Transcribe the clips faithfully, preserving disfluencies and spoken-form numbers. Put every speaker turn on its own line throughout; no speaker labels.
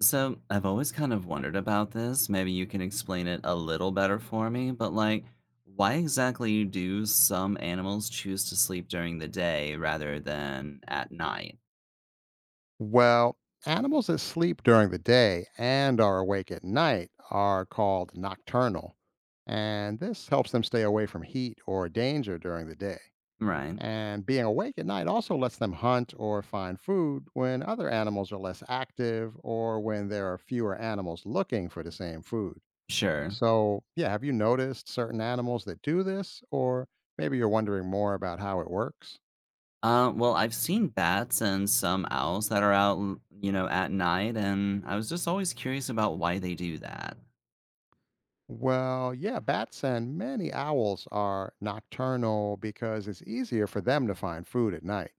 So, I've always kind of wondered about this. Maybe you can explain it a little better for me, but like, why exactly do some animals choose to sleep during the day rather than at night?
Well, animals that sleep during the day and are awake at night are called nocturnal, and this helps them stay away from heat or danger during the day.
Right.
And being awake at night also lets them hunt or find food when other animals are less active or when there are fewer animals looking for the same food.
Sure.
So, yeah, have you noticed certain animals that do this? Or maybe you're wondering more about how it works?
Uh, well, I've seen bats and some owls that are out, l- you know, at night, and I was just always curious about why they do that.
Well, yeah, bats and many owls are nocturnal because it's easier for them to find food at night.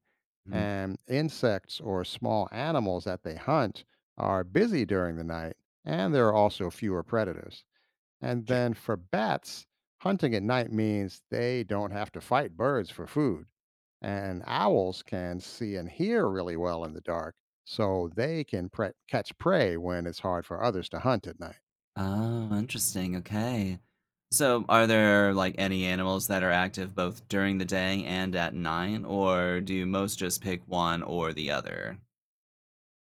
Mhm.
And insects or small animals that they hunt are busy during the night, and there are also fewer predators. And then for bats, hunting at night means they don't have to fight birds for food. And owls can see and hear really well in the dark, so they can pre- catch prey when it's hard for others to hunt at night.
Oh, interesting. Okay. So, are there like any animals that are active both during the day and at night, or do most just pick one or the other?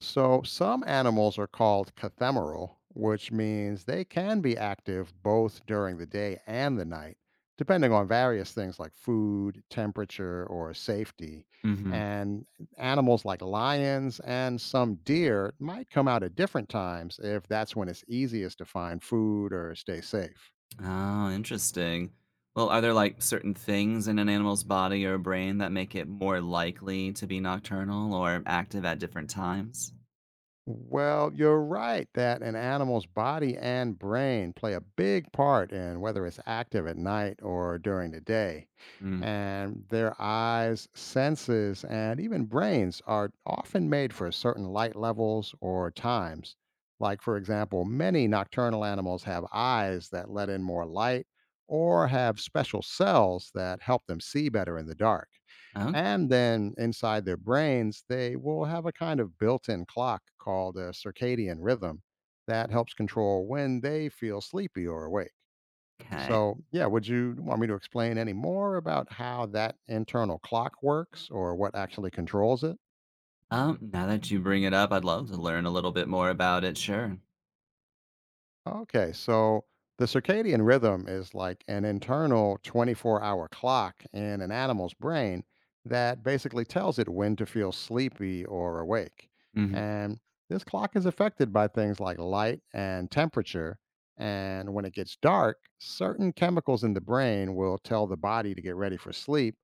So, some animals are called cathemeral, which means they can be active both during the day and the night, depending on various things like food, temperature, or safety.
Hmm.
And animals like lions and some deer might come out at different times if that's when it's easiest to find food or stay safe.
Oh, interesting. Well, are there like certain things in an animal's body or brain that make it more likely to be nocturnal or active at different times?
Well, you're right that an animal's body and brain play a big part in whether it's active at night or during the day.
Mm.
And their eyes, senses, and even brains are often made for certain light levels or times. Like, for example, many nocturnal animals have eyes that let in more light or have special cells that help them see better in the dark.
Okay.
And then inside their brains, they will have a kind of built in clock called a circadian rhythm that helps control when they feel sleepy or awake.
Okay.
So, yeah, would you want me to explain any more about how that internal clock works or what actually controls it?
Um, now that you bring it up, I'd love to learn a little bit more about it. Sure.
Okay, so the circadian rhythm is like an internal twenty-four hour clock in an animal's brain that basically tells it when to feel sleepy or awake.
Hmm.
And this clock is affected by things like light and temperature. And when it gets dark, certain chemicals in the brain will tell the body to get ready for sleep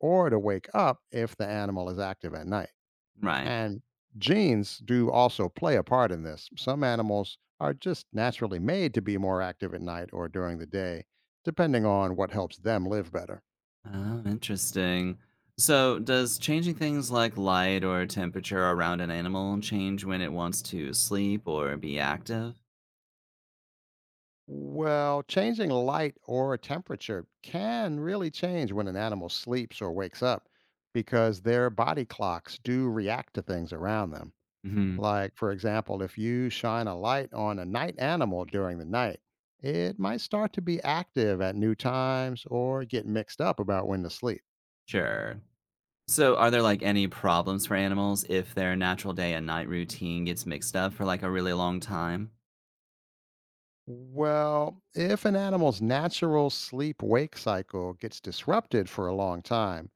or to wake up if the animal is active at night.
Right.
And genes do also play a part in this. Some animals are just naturally made to be more active at night or during the day, depending on what helps them live better.
Oh, interesting. So, does changing things like light or temperature around an animal change when it wants to sleep or be active?
Well, changing light or temperature can really change when an animal sleeps or wakes up because their body clocks do react to things around them.
Hmm.
Like, for example, if you shine a light on a night animal during the night, it might start to be active at new times or get mixed up about when to sleep.
Sure. So, are there like any problems for animals if their natural day and night routine gets mixed up for like a really long time?
Well, if an animal's natural sleep wake cycle gets disrupted for a long time,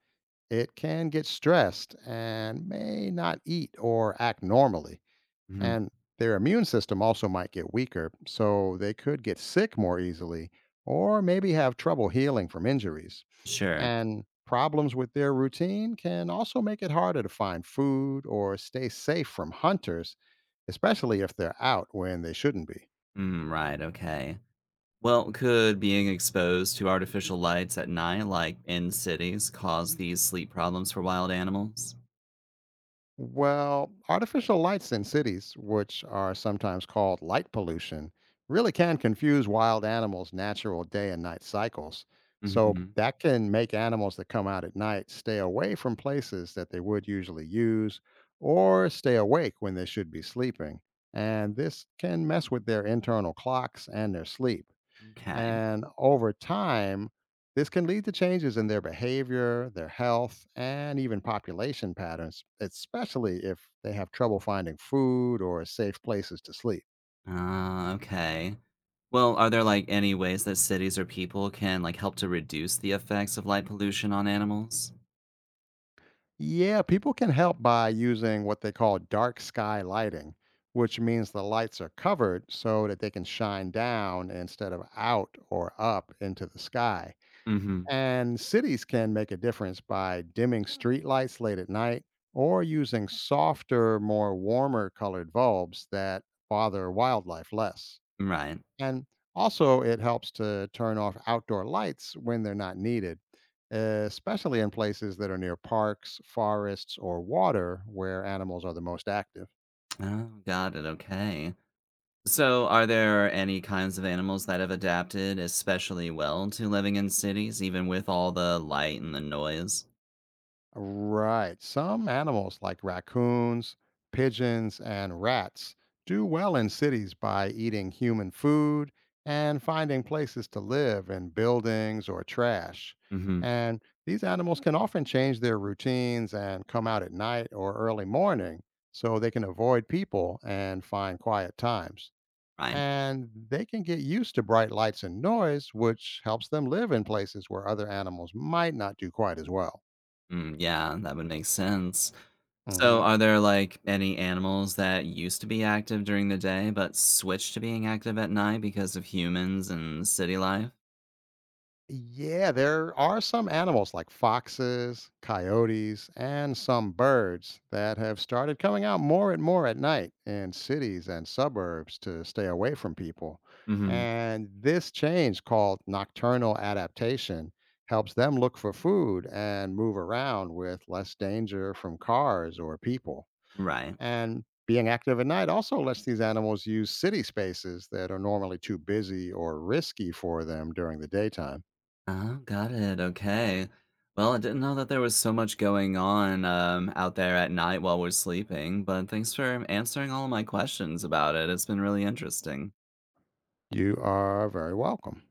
it can get stressed and may not eat or act normally.
Hmm.
And their immune system also might get weaker, so they could get sick more easily or maybe have trouble healing from injuries.
Sure.
And problems with their routine can also make it harder to find food or stay safe from hunters, especially if they're out when they shouldn't be.
Mm, right. Okay. Well, could being exposed to artificial lights at night, like in cities, cause these sleep problems for wild animals?
Well, artificial lights in cities, which are sometimes called light pollution, really can confuse wild animals' natural day and night cycles. So
Hmm.
that can make animals that come out at night stay away from places that they would usually use or stay awake when they should be sleeping. And this can mess with their internal clocks and their sleep.
Okay.
And over time, this can lead to changes in their behavior, their health, and even population patterns, especially if they have trouble finding food or safe places to sleep.
Ah, okay. Well, are there like any ways that cities or people can like help to reduce the effects of light pollution on animals?
Yeah, people can help by using what they call dark sky lighting, which means the lights are covered so that they can shine down instead of out or up into the sky.
Hmm.
And cities can make a difference by dimming streetlights late at night or using softer, more warmer colored bulbs that bother wildlife less.
Right.
And also, it helps to turn off outdoor lights when they're not needed, especially in places that are near parks, forests, or water where animals are the most active.
Oh, got it. Okay. So, are there any kinds of animals that have adapted especially well to living in cities, even with all the light and the noise?
Right. Some animals like raccoons, pigeons, and rats do well in cities by eating human food and finding places to live in buildings or trash.
Hmm.
And these animals can often change their routines and come out at night or early morning so they can avoid people and find quiet times.
Right.
And they can get used to bright lights and noise, which helps them live in places where other animals might not do quite as well.
Mm, yeah, that would make sense. So,
Mhm.
are there like any animals that used to be active during the day but switched to being active at night because of humans and city life?
Yeah, there are some animals like foxes, coyotes, and some birds that have started coming out more and more at night in cities and suburbs to stay away from people.
Hmm.
And this change, called nocturnal adaptation, helps them look for food and move around with less danger from cars or people.
Right.
And being active at night also lets these animals use city spaces that are normally too busy or risky for them during the daytime.
Oh, got it. Okay. Well, I didn't know that there was so much going on um, out there at night while we're sleeping, but thanks for answering all of my questions about it. It's been really interesting.
You are very welcome.